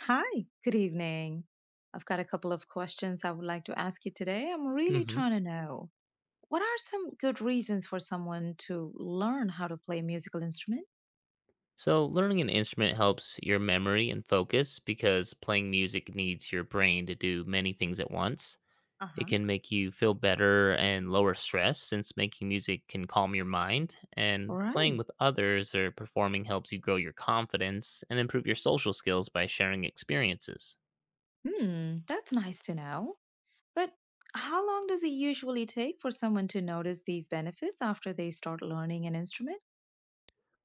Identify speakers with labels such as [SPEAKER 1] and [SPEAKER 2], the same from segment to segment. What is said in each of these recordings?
[SPEAKER 1] Hi, good evening. I've got a couple of questions I would like to ask you today. I'm really
[SPEAKER 2] hmm
[SPEAKER 1] trying to know what are some good reasons for someone to learn how to play a musical instrument?
[SPEAKER 2] So, learning an instrument helps your memory and focus because playing music needs your brain to do many things at once.
[SPEAKER 1] Uh
[SPEAKER 2] It
[SPEAKER 1] huh.
[SPEAKER 2] can make you feel better and lower stress since making music can calm your mind,
[SPEAKER 1] All
[SPEAKER 2] and playing
[SPEAKER 1] right.
[SPEAKER 2] with others or performing helps you grow your confidence and improve your social skills by sharing experiences.
[SPEAKER 1] Hmm, that's nice to know. But how long does it usually take for someone to notice these benefits after they start learning an instrument?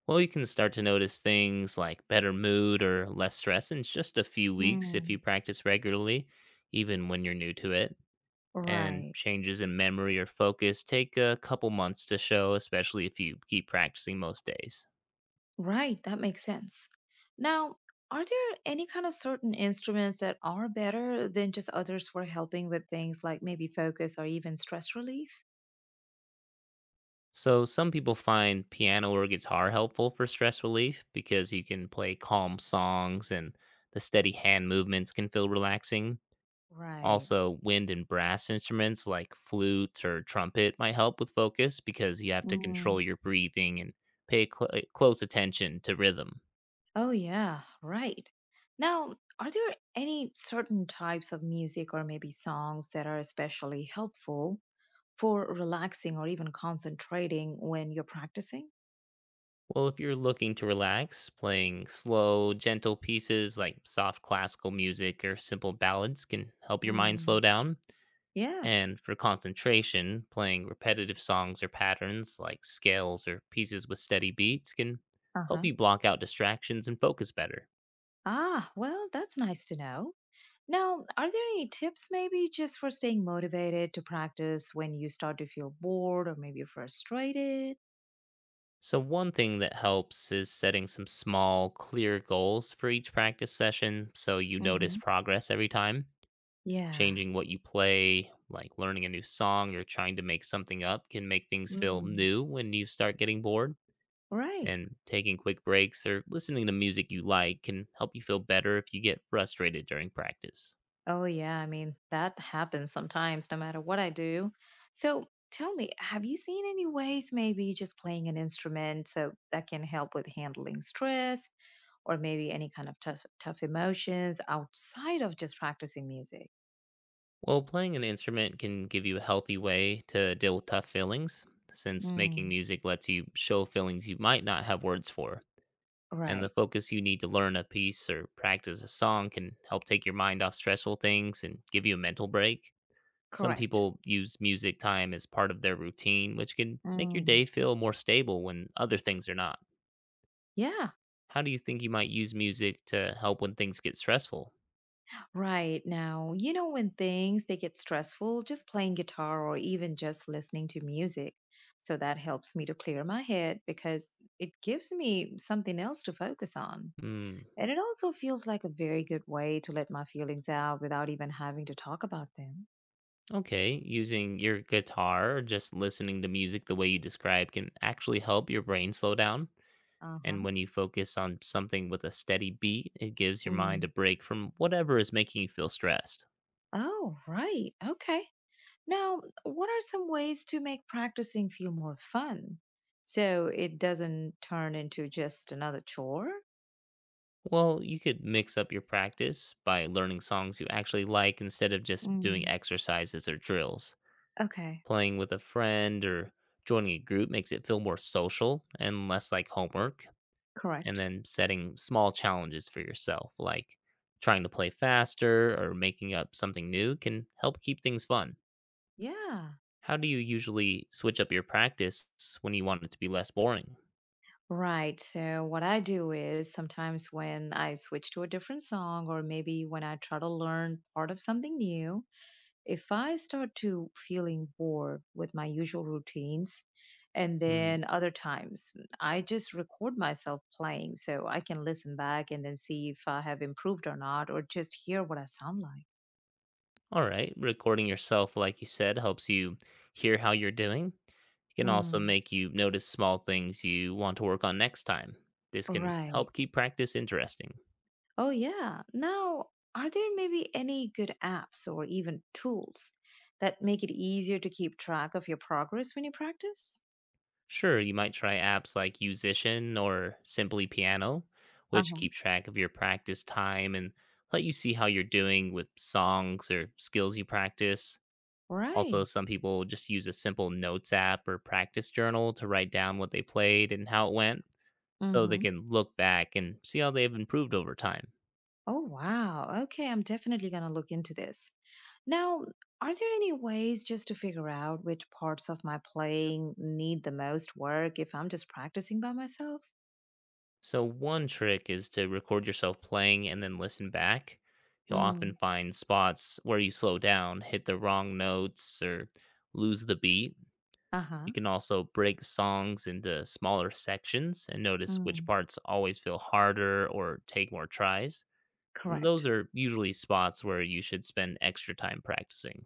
[SPEAKER 2] Well, you can start to notice things like better mood or less stress in just a few weeks if you
[SPEAKER 1] Hmm.
[SPEAKER 2] practice regularly, even when you're new to it. And
[SPEAKER 1] Right.
[SPEAKER 2] changes in memory or focus take a couple months to show, especially if you keep practicing most days.
[SPEAKER 1] Right, that makes sense. Now, are there any kind of certain instruments that are better than just others for helping with things like maybe focus or even stress relief?
[SPEAKER 2] So, some people find piano or guitar helpful for stress relief because you can play calm songs and the steady hand movements can feel relaxing.
[SPEAKER 1] Right.
[SPEAKER 2] Also, wind and brass instruments like flute or trumpet might help with focus because you have to control
[SPEAKER 1] Mm.
[SPEAKER 2] your breathing and pay close attention to rhythm.
[SPEAKER 1] Oh, yeah, right. Now, are there any certain types of music or maybe songs that are especially helpful for relaxing or even concentrating when you're practicing?
[SPEAKER 2] Well, if you're looking to relax, playing slow, gentle pieces like soft classical music or simple ballads can help your mind slow
[SPEAKER 1] Mm.
[SPEAKER 2] down.
[SPEAKER 1] Yeah.
[SPEAKER 2] And for concentration, playing repetitive songs or patterns like scales or pieces with steady beats can
[SPEAKER 1] Uh
[SPEAKER 2] help
[SPEAKER 1] huh.
[SPEAKER 2] you block out distractions and focus better.
[SPEAKER 1] Ah, well, that's nice to know. Now, are there any tips maybe just for staying motivated to practice when you start to feel bored or maybe frustrated?
[SPEAKER 2] So, one thing that helps is setting some small, clear goals for each practice session so you notice
[SPEAKER 1] Hmm.
[SPEAKER 2] progress every time.
[SPEAKER 1] Yeah.
[SPEAKER 2] Changing what you play, like learning a new song or trying to make something up, can make things feel
[SPEAKER 1] Mm.
[SPEAKER 2] new when you start getting bored.
[SPEAKER 1] Right.
[SPEAKER 2] And taking quick breaks or listening to music you like can help you feel better if you get frustrated during practice.
[SPEAKER 1] Oh, yeah. I mean, that happens sometimes no matter what I do. So tell me, have you seen any ways maybe just playing an instrument so that can help with handling stress or maybe any kind of tough, tough emotions outside of just practicing music?
[SPEAKER 2] Well, playing an instrument can give you a healthy way to deal with tough feelings, since making
[SPEAKER 1] Mm.
[SPEAKER 2] music lets you show feelings you might not have words for. And the
[SPEAKER 1] Right.
[SPEAKER 2] focus you need to learn a piece or practice a song can help take your mind off stressful things and give you a mental break. Some
[SPEAKER 1] Correct.
[SPEAKER 2] people use music time as part of their routine, which can make your
[SPEAKER 1] Mm.
[SPEAKER 2] day feel more stable when other things are not.
[SPEAKER 1] Yeah.
[SPEAKER 2] How do you think you might use music to help when things get stressful?
[SPEAKER 1] Right now, you know, when things they get stressful, just playing guitar or even just listening to music. So that helps me to clear my head because it gives me something else to focus on.
[SPEAKER 2] Hmm,
[SPEAKER 1] And it also feels like a very good way to let my feelings out without even having to talk about them.
[SPEAKER 2] okay. Using your guitar or just listening to music the way you describe can actually help your brain slow down. And
[SPEAKER 1] Uh-huh.
[SPEAKER 2] when you focus on something with a steady beat, it gives your mind a
[SPEAKER 1] Mm.
[SPEAKER 2] break from whatever is making you feel stressed.
[SPEAKER 1] Oh, right. Okay. Now, what are some ways to make practicing feel more fun so it doesn't turn into just another chore?
[SPEAKER 2] Well, you could mix up your practice by learning songs you actually like instead of just doing
[SPEAKER 1] Mm.
[SPEAKER 2] exercises or drills.
[SPEAKER 1] Okay.
[SPEAKER 2] Playing with a friend or joining a group makes it feel more social and less like homework. And
[SPEAKER 1] Correct.
[SPEAKER 2] then setting small challenges for yourself, like trying to play faster or making up something new, can help keep things fun.
[SPEAKER 1] Yeah.
[SPEAKER 2] How do you usually switch up your practice when you want it to be less boring?
[SPEAKER 1] Right. So what I do is sometimes when I switch to a different song or maybe when I try to learn part of something new, if I start to feeling bored with my usual routines and then other times I just record myself playing so I can listen back and then see if I have improved or not or just hear what I sound like.
[SPEAKER 2] All right, recording yourself, like you said, helps you hear how you're doing. It can also
[SPEAKER 1] Mm.
[SPEAKER 2] make you notice small things you want to work on next time. This can
[SPEAKER 1] Right.
[SPEAKER 2] help keep practice interesting.
[SPEAKER 1] Oh, yeah. Now, are there maybe any good apps or even tools that make it easier to keep track of your progress when you practice?
[SPEAKER 2] Sure, you might try apps like Musician or Simply Piano,
[SPEAKER 1] Uh
[SPEAKER 2] which
[SPEAKER 1] huh.
[SPEAKER 2] keep track of your practice time and let you see how you're doing with songs or skills you practice. Also,
[SPEAKER 1] Right.
[SPEAKER 2] some people just use a simple notes app or practice journal to write down what they played and how it went,
[SPEAKER 1] Mm
[SPEAKER 2] so they
[SPEAKER 1] hmm.
[SPEAKER 2] can look back and see how they've improved over time.
[SPEAKER 1] Oh, wow. Okay. I'm definitely going to look into this. Now, are there any ways just to figure out which parts of my playing need the most work if I'm just practicing by myself?
[SPEAKER 2] So, one trick is to record yourself playing and then listen back. You'll often
[SPEAKER 1] Mm.
[SPEAKER 2] find spots where you slow down, hit the wrong notes, or lose the beat.
[SPEAKER 1] Uh
[SPEAKER 2] You
[SPEAKER 1] huh.
[SPEAKER 2] can also break songs into smaller sections and notice which
[SPEAKER 1] Mm.
[SPEAKER 2] parts always feel harder or take more tries. And those
[SPEAKER 1] Correct.
[SPEAKER 2] are usually spots where you should spend extra time practicing.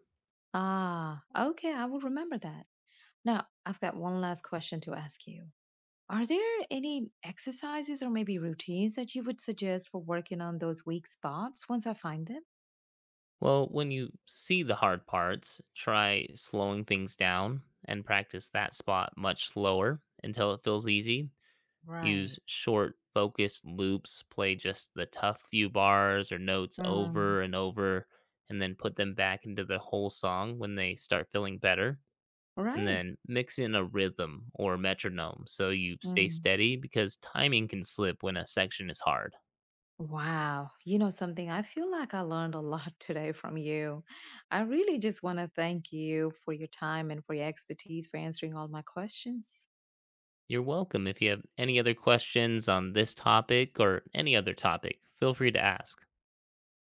[SPEAKER 1] Ah, okay. I will remember that. Now, I've got one last question to ask you. Are there any exercises or maybe routines that you would suggest for working on those weak spots once I find them?
[SPEAKER 2] Well, when you see the hard parts, try slowing things down and practice that spot much slower until it feels easy. Use
[SPEAKER 1] Right.
[SPEAKER 2] short, focused loops, play just the tough few bars or notes
[SPEAKER 1] Mm.
[SPEAKER 2] over and over, and then put them back into the whole song when they start feeling better. And
[SPEAKER 1] Right.
[SPEAKER 2] then mix in a rhythm or metronome so you stay
[SPEAKER 1] Mm.
[SPEAKER 2] steady because timing can slip when a section is hard.
[SPEAKER 1] Wow. You know something? I feel like I learned a lot today from you. I really just want to thank you for your time and for your expertise for answering all my questions.
[SPEAKER 2] You're welcome. If you have any other questions on this topic or any other topic, feel free to ask.